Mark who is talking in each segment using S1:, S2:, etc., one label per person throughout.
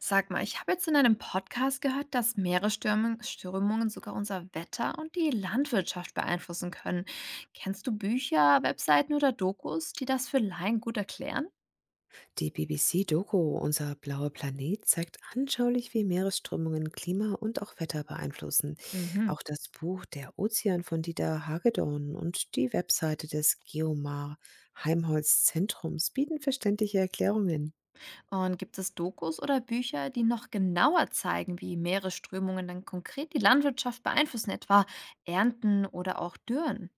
S1: Sag mal, ich habe jetzt in einem Podcast gehört, dass Meeresstürmungen Stürmungen sogar unser Wetter und die Landwirtschaft beeinflussen können. Kennst du Bücher, Webseiten oder Dokus, die das für Laien gut erklären?
S2: Die BBC-Doku Unser blauer Planet zeigt anschaulich, wie Meeresströmungen Klima und auch Wetter beeinflussen.
S1: Mhm.
S2: Auch das Buch Der Ozean von Dieter Hagedorn und die Webseite des Geomar Heimholz Zentrums bieten verständliche Erklärungen.
S1: Und gibt es Dokus oder Bücher, die noch genauer zeigen, wie Meeresströmungen dann konkret die Landwirtschaft beeinflussen, etwa Ernten oder auch Dürren?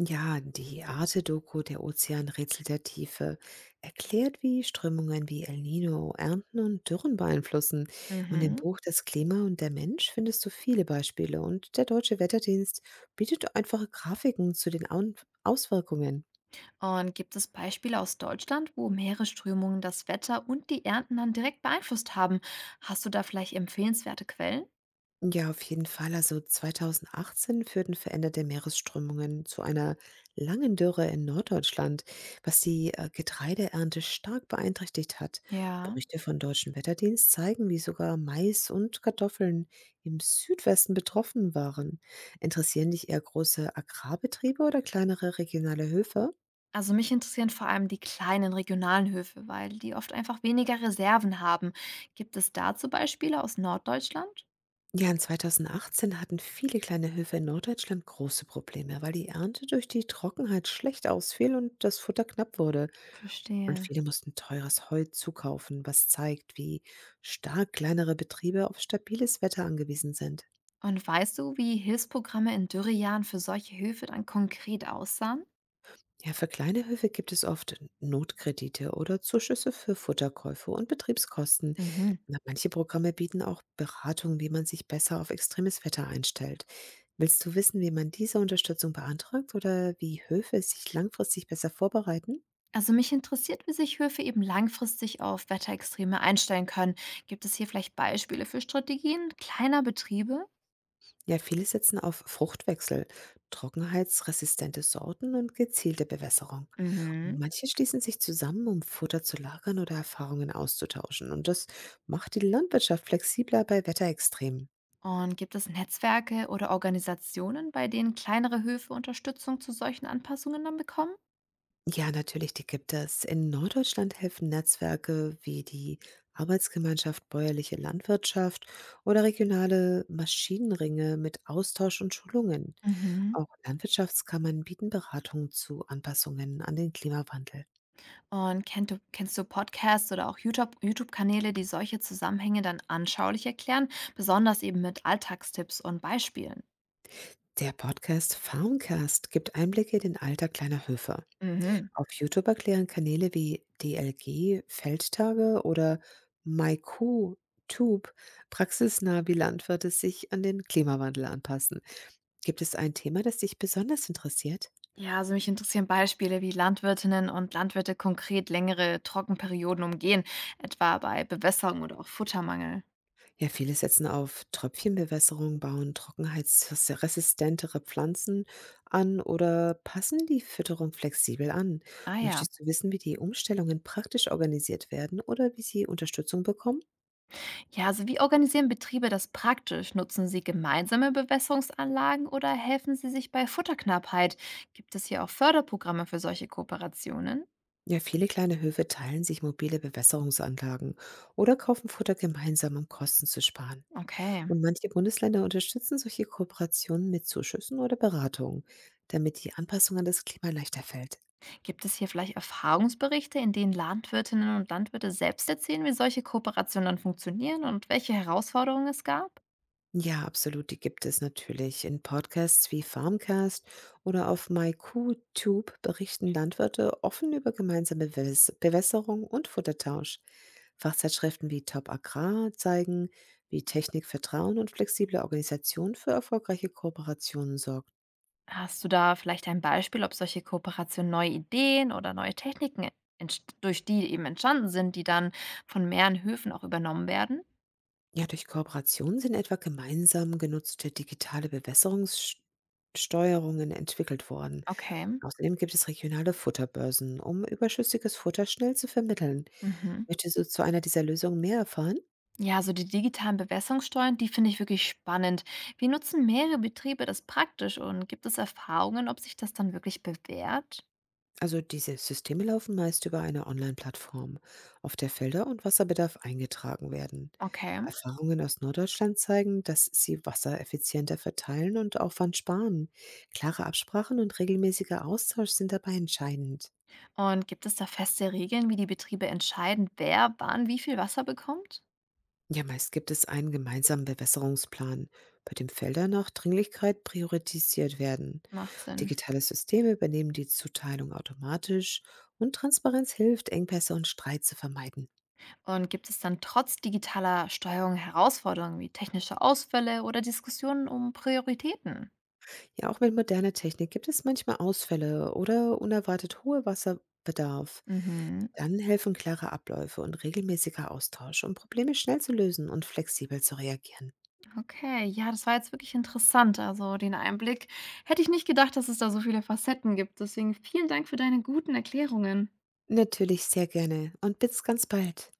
S2: Ja, die Arte-Doku Der Ozeanrätsel der Tiefe erklärt, wie Strömungen wie El Nino Ernten und Dürren beeinflussen. Und im
S1: Mhm.
S2: Buch Das Klima und der Mensch findest du viele Beispiele. Und der Deutsche Wetterdienst bietet einfache Grafiken zu den Auswirkungen.
S1: Und gibt es Beispiele aus Deutschland, wo Meeresströmungen das Wetter und die Ernten dann direkt beeinflusst haben? Hast du da vielleicht empfehlenswerte Quellen?
S2: Ja, auf jeden Fall. Also 2018 führten veränderte Meeresströmungen zu einer langen Dürre in Norddeutschland, was die Getreideernte stark beeinträchtigt hat.
S1: Ja.
S2: Berichte von deutschen Wetterdienst zeigen, wie sogar Mais und Kartoffeln im Südwesten betroffen waren. Interessieren dich eher große Agrarbetriebe oder kleinere regionale Höfe?
S1: Also mich interessieren vor allem die kleinen regionalen Höfe, weil die oft einfach weniger Reserven haben. Gibt es dazu Beispiele aus Norddeutschland?
S2: Ja, in 2018 hatten viele kleine Höfe in Norddeutschland große Probleme, weil die Ernte durch die Trockenheit schlecht ausfiel und das Futter knapp wurde. Und
S1: Verstehe.
S2: viele mussten teures Holz zukaufen, was zeigt, wie stark kleinere Betriebe auf stabiles Wetter angewiesen sind.
S1: Und weißt du, wie Hilfsprogramme in Dürrejahren für solche Höfe dann konkret aussahen?
S2: Ja, für kleine Höfe gibt es oft Notkredite oder Zuschüsse für Futterkäufe und Betriebskosten.
S1: Mhm.
S2: Na, manche Programme bieten auch Beratung, wie man sich besser auf extremes Wetter einstellt. Willst du wissen, wie man diese Unterstützung beantragt oder wie Höfe sich langfristig besser vorbereiten?
S1: Also mich interessiert, wie sich Höfe eben langfristig auf Wetterextreme einstellen können. Gibt es hier vielleicht Beispiele für Strategien kleiner Betriebe?
S2: Ja, viele setzen auf Fruchtwechsel, trockenheitsresistente Sorten und gezielte Bewässerung. Und
S1: Mhm.
S2: manche schließen sich zusammen, um Futter zu lagern oder Erfahrungen auszutauschen. Und das macht die Landwirtschaft flexibler bei Wetterextremen.
S1: Und gibt es Netzwerke oder Organisationen, bei denen kleinere Höfe Unterstützung zu solchen Anpassungen dann bekommen?
S2: Ja, natürlich, die gibt es. In Norddeutschland helfen Netzwerke wie die Arbeitsgemeinschaft Bäuerliche Landwirtschaft oder regionale Maschinenringe mit Austausch und Schulungen.
S1: Mhm.
S2: Auch Landwirtschaftskammern bieten Beratung zu Anpassungen an den Klimawandel.
S1: Und kennst du Podcasts oder auch YouTube-Kanäle, die solche Zusammenhänge dann anschaulich erklären, besonders eben mit Alltagstipps und Beispielen?
S2: Der Podcast Farmcast gibt Einblicke in den Alltag kleiner Höfe.
S1: Mhm.
S2: Auf YouTube erklären Kanäle wie DLG Feldtage oder MyCoo Tube praxisnah, wie Landwirte sich an den Klimawandel anpassen. Gibt es ein Thema, das dich besonders interessiert?
S1: Ja, also mich interessieren Beispiele, wie Landwirtinnen und Landwirte konkret längere Trockenperioden umgehen, etwa bei Bewässerung oder auch Futtermangel.
S2: Ja, viele setzen auf Tröpfchenbewässerung, bauen trockenheitsresistentere Pflanzen an oder passen die Fütterung flexibel an.
S1: Ah ja.
S2: Möchtest du wissen, wie die Umstellungen praktisch organisiert werden oder wie sie Unterstützung bekommen?
S1: Ja, also wie organisieren Betriebe das praktisch? Nutzen sie gemeinsame Bewässerungsanlagen oder helfen sie sich bei Futterknappheit? Gibt es hier auch Förderprogramme für solche Kooperationen?
S2: Ja, viele kleine Höfe teilen sich mobile Bewässerungsanlagen oder kaufen Futter gemeinsam, um Kosten zu sparen.
S1: Okay.
S2: Und manche Bundesländer unterstützen solche Kooperationen mit Zuschüssen oder Beratungen, damit die Anpassung an das Klima leichter fällt.
S1: Gibt es hier vielleicht Erfahrungsberichte, in denen Landwirtinnen und Landwirte selbst erzählen, wie solche Kooperationen dann funktionieren und welche Herausforderungen es gab?
S2: Ja, absolut, die gibt es natürlich. In Podcasts wie Farmcast oder auf MyQTube berichten Landwirte offen über gemeinsame Bewässerung und Futtertausch. Fachzeitschriften wie Top Agrar zeigen, wie Technik, Vertrauen und flexible Organisation für erfolgreiche Kooperationen sorgt.
S1: Hast du da vielleicht ein Beispiel, ob solche Kooperationen neue Ideen oder neue Techniken entst durch die eben entstanden sind, die dann von mehreren Höfen auch übernommen werden?
S2: Ja, durch Kooperationen sind etwa gemeinsam genutzte digitale Bewässerungssteuerungen entwickelt worden.
S1: Okay.
S2: Außerdem gibt es regionale Futterbörsen, um überschüssiges Futter schnell zu vermitteln.
S1: Mhm.
S2: Möchtest du zu einer dieser Lösungen mehr erfahren?
S1: Ja, so die digitalen Bewässerungssteuern, die finde ich wirklich spannend. Wie nutzen mehrere Betriebe das praktisch und gibt es Erfahrungen, ob sich das dann wirklich bewährt?
S2: Also diese Systeme laufen meist über eine Online-Plattform, auf der Felder und Wasserbedarf eingetragen werden.
S1: Okay.
S2: Erfahrungen aus Norddeutschland zeigen, dass sie Wasser effizienter verteilen und Aufwand sparen. Klare Absprachen und regelmäßiger Austausch sind dabei entscheidend.
S1: Und gibt es da feste Regeln, wie die Betriebe entscheiden, wer wann wie viel Wasser bekommt?
S2: Ja, meist gibt es einen gemeinsamen Bewässerungsplan, bei dem Felder nach Dringlichkeit priorisiert werden.
S1: Macht Sinn.
S2: Digitale Systeme übernehmen die Zuteilung automatisch und Transparenz hilft, Engpässe und Streit zu vermeiden.
S1: Und gibt es dann trotz digitaler Steuerung Herausforderungen wie technische Ausfälle oder Diskussionen um Prioritäten?
S2: Ja, auch mit moderner Technik gibt es manchmal Ausfälle oder unerwartet hohe Wasserbedarf.
S1: Mhm.
S2: Dann helfen klare Abläufe und regelmäßiger Austausch, um Probleme schnell zu lösen und flexibel zu reagieren.
S1: Okay, ja, das war jetzt wirklich interessant. Also den Einblick hätte ich nicht gedacht, dass es da so viele Facetten gibt. Deswegen vielen Dank für deine guten Erklärungen.
S2: Natürlich sehr gerne und bis ganz bald.